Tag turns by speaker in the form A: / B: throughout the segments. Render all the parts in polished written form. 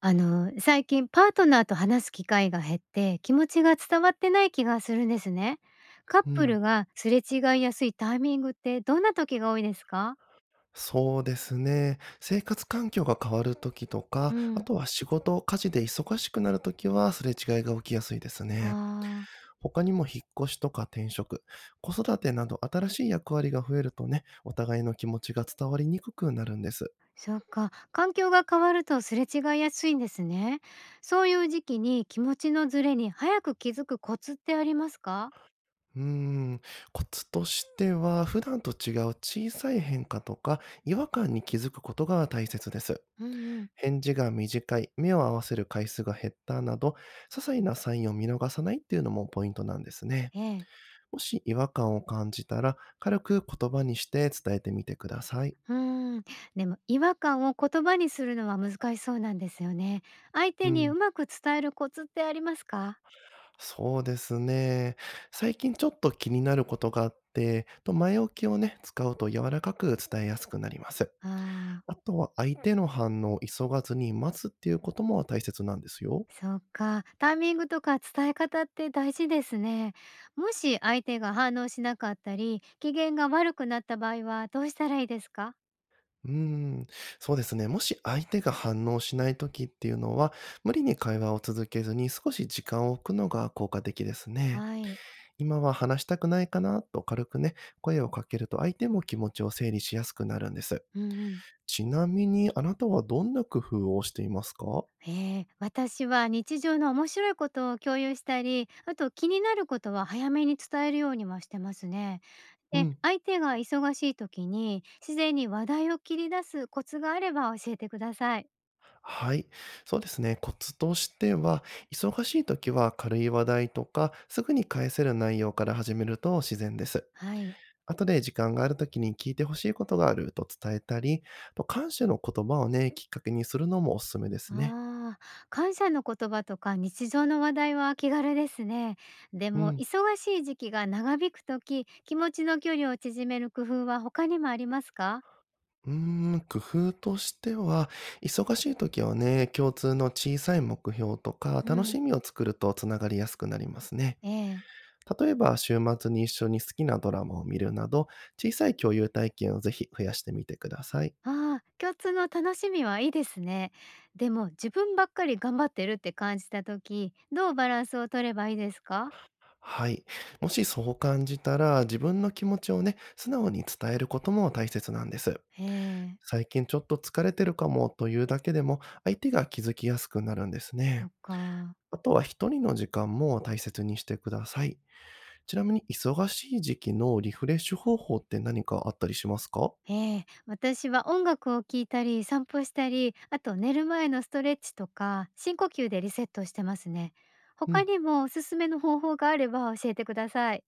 A: 最近パートナーと話す機会が減って気持ちが伝わってない気がするんですね。カッ
B: う
A: プル
B: ん、
A: がすれ違いやすいタイミングってどんな時が多いですか？
B: そうですね。生活環境が変わる時と
A: う
B: か、あ
A: ん、
B: とは仕事、家事で忙しくなる時はすれ違いが起きやすいですね。
A: あー、
B: 他にも引っ越しとか転職、子育てなど新しい役割が増えるとね、お互いの気持ちが伝わりにくくなるんです。
A: そっか。環境が変わるとすれ違いやすいんですね。そういう時期に気持ちのズレに早く気づくコツってありますか？
B: うーん、コツとしては、普段と違う小さい変化とか、違和感に気づくことが大切です。
A: うんうん、
B: 返事が短い、目を合わせる回数が減ったなど、些細なサインを見逃さないっていうのもポイントなんですね。
A: ええ。
B: もし違和感を感じたら、軽く言葉にして伝えてみてください。
A: うーん。でも違和感を言葉にするのは難しそうなんですよね。相
B: う
A: 手にう
B: ん、
A: まく伝えるコツってありますか？
B: そうですね。最近ちょっと気になることがあって、と前置きをね、使うと柔らかく伝えやすくなります。
A: ああ
B: あ
A: ー。
B: とは相手の反応を急がずに待つっていうことも大切なんですよ。
A: そうか、タイミングとか伝え方って大事ですね。もし相手が反応しなかったり、機嫌が悪くなった場合はどうしたらいいですか？
B: うーん、そうですね。もし相手が反応しないときっていうのは、無理に会話を続けずに少し時間を置くのが効果的ですね。
A: はい。
B: 今は話したくないかなと軽くね、声をかけると相手も気持ちを整理しやすくなるんです。
A: うんうん。
B: ちなみにあなたはどんな工夫をしていますか？
A: ええ、私は日常の面白いことを共有したり、あと気になることは早めに伝えるようにはしてますね。
B: う
A: で、
B: ん。
A: 相手が忙しい時に自然に話題を切り出すコツがあれば教えてください。
B: はい。そうですね。コツとしては、忙しい時は軽い話題とか、すぐに返せる内容から始めると自然です。
A: はい。
B: 後で時間がある時に聞いてほしいことがあると伝えたり、と感謝の言葉をね、きっかけにするのもおすすめですね。
A: ああ、感謝の言葉とか日常の話題は気軽ですね。で
B: う
A: も
B: ん。
A: 忙しい時期が長引くとき、気持ちの距離を縮める工夫は他にもありますか？
B: うー工夫としては、忙しい時はね、共通の小さい目標とか、
A: う
B: 楽
A: ん、
B: しみを作るとつながりやすくなりますね。
A: ええ。
B: 例えば、週末に一緒に好きなドラマを見るなど、小さい共有体験をぜひ増やしてみてください。
A: ああ、共通の楽しみはいいですね。でも自分ばっかり頑張ってるって感じたとき、どうバランスを取ればいいですか？
B: はい。もしそう感じたら、自分の気持ちをね、素直に伝えることも大切なんです。
A: ええ、
B: 最近ちょっと疲れてるかもというだけでも、相手が気づきやすくなるんです
A: そ
B: ね。
A: っか。
B: あとは一人の時間も大切にしてください。ちなみに、忙しい時期のリフレッシュ方法って何かあったりしますか？
A: ええ、私は音楽を聴いたり、散歩したり、あと寝る前のストレッチとか、深呼吸でリセットしてますね。
B: う
A: 他
B: ん。
A: にもおすすめの方法があれば教えてください。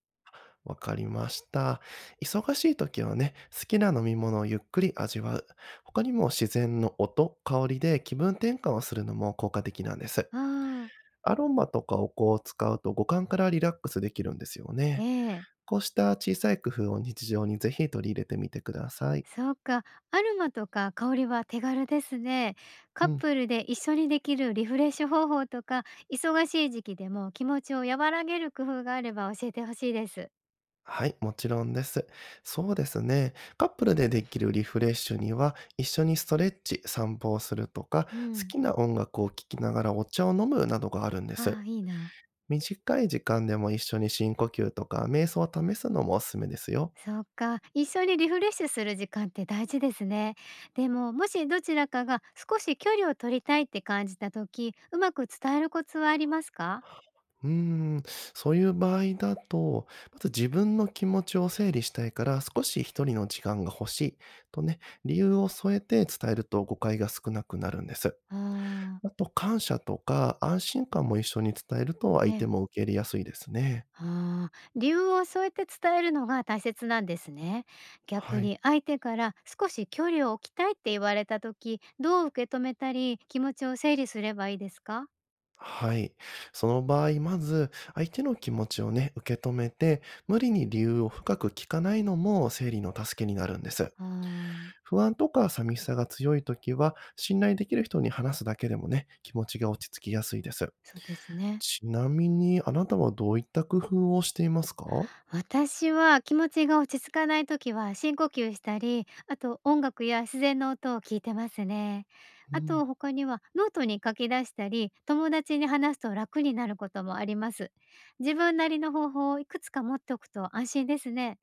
B: わかりました。忙しい時はね、好きな飲み物をゆっくり味わう。他にも自然の音、香りで気分転換をするのも効果的なんです。
A: ああ、
B: アロマとかお香をこう使うと五感からリラックスできるんですよ
A: え
B: ね。
A: え、
B: こうした小さい工夫を日常にぜひ取り入れてみてください。
A: そうか。アルマとか香りは手軽ですね。カッ
B: うん。
A: プルで一緒にできるリフレッシュ方法とか、忙しい時期でも気持ちを和らげる工夫があれば教えてほしいです。
B: はい、もちろんです。そうですね。カップルでできるリフレッシュには、一緒にストレッチ、散歩をするとか、
A: う
B: 好
A: ん。
B: きな音楽を聴きながらお茶を飲むなどがあるんで
A: あ
B: す。
A: あ、いいな。
B: 短い時間でも一緒に深呼吸とか瞑想を試すのもおすすめですよ。
A: そうか、一緒にリフレッシュする時間って大事ですね。でも、もしどちらかが少し距離を取りたいって感じた時、うまく伝えるコツはありますか？
B: うーん、そういう場合だと、まず自分の気持ちを整理したいから少し一人の時間が欲しいとね、理由を添えて伝えると誤解が少なくなるんです。
A: ああ、
B: あと感謝とか安心感も一緒に伝えると
A: え
B: 相手
A: え。
B: も受け入れやすいですね。
A: ああ、理由を添えて伝えるのが大切なんですね。逆
B: はい。
A: に相手から少し距離を置きたいって言われた時、どう受け止めたり、気持ちを整理すればいいですか？
B: はい。その場合、まず相手の気持ちをね、受け止めて、無理に理由を深く聞かないのも整理の助けになるんです。
A: ああ、
B: 不安とか寂しさが強いときは、信頼できる人に話すだけでもね、気持ちが落ち着きやすいです。
A: そうですね。
B: ちなみに、あなたはどういった工夫をしていますか？
A: 私は気持ちが落ち着かない時は深呼吸したり、あと音楽や自然の音を聞いてますね。
B: う
A: あ
B: ん。
A: と他にはノートに書き出したり、友達に話すと楽になることもあります。自分なりの方法をいくつか持っておくと安心ですね。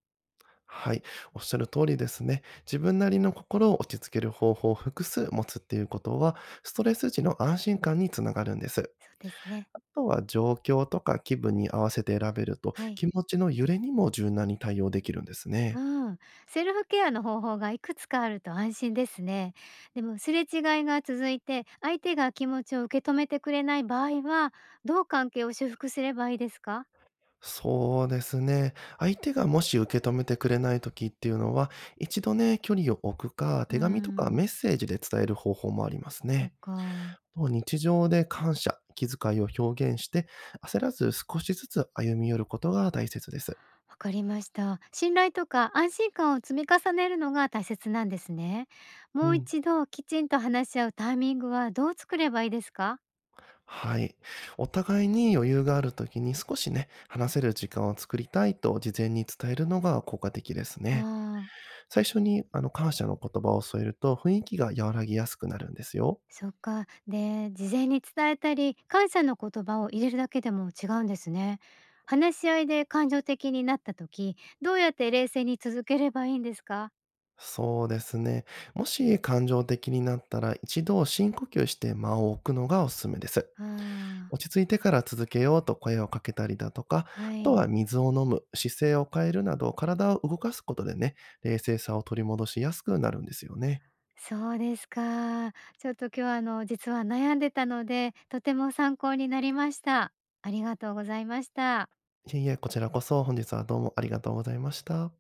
B: はい。おっしゃる通りですね。自分なりの心を落ち着ける方法を複数持つっていうことは、ストレス時の安心感につながるんです。
A: そうですね。
B: あとは状況とか気分に合わせて選べると、
A: はい。
B: 気持ちの揺れにも柔軟に対応できるんです
A: う
B: ね。
A: ん。セルフケアの方法がいくつかあると安心ですね。でもすれ違いが続いて、相手が気持ちを受け止めてくれない場合は、どう関係を修復すればいいですか？
B: そうですね。相手がもし受け止めてくれない時っていうのは、一度ね、距離を置くか、
A: うー
B: 手紙とか
A: ん。
B: メッセージで伝える方法もあります
A: そっ
B: ね。
A: か、
B: と日常で感謝、気遣いを表現して、焦らず少しずつ歩み寄ることが大切です。
A: わかりました。信頼とか安心感を積み重ねるのが大切なんですね。
B: う
A: もう
B: ん。
A: 一度きちんと話し合うタイミングはどう作ればいいですか？
B: はい。お互いに余裕がある時に少しね、話せる時間を作りたいと事前に伝えるのが効果的です
A: あ
B: ね。
A: あ。
B: 最初に感謝の言葉を添えると雰囲気が和らぎやすくなるんですよ。
A: そっか。で、事前に伝えたり、感謝の言葉を入れるだけでも違うんですね。話し合いで感情的になった時、どうやって冷静に続ければいいんですか？
B: そうですね。もし感情的になったら一度深呼吸して間を置くのがおすすめです。
A: あ
B: 落ち着いてから続けようと声をかけたりだとか、
A: あ、は
B: あと
A: い。
B: は水を飲む、姿勢を変えるなど体を動かすことでね、冷静さを取り戻しやすくなるんですよね。
A: そうですか。ちょっと今日は実は悩んでたので、とても参考になりました。ありがとうございました。
B: いえいえ、こちらこそ本日はどうもありがとうございました。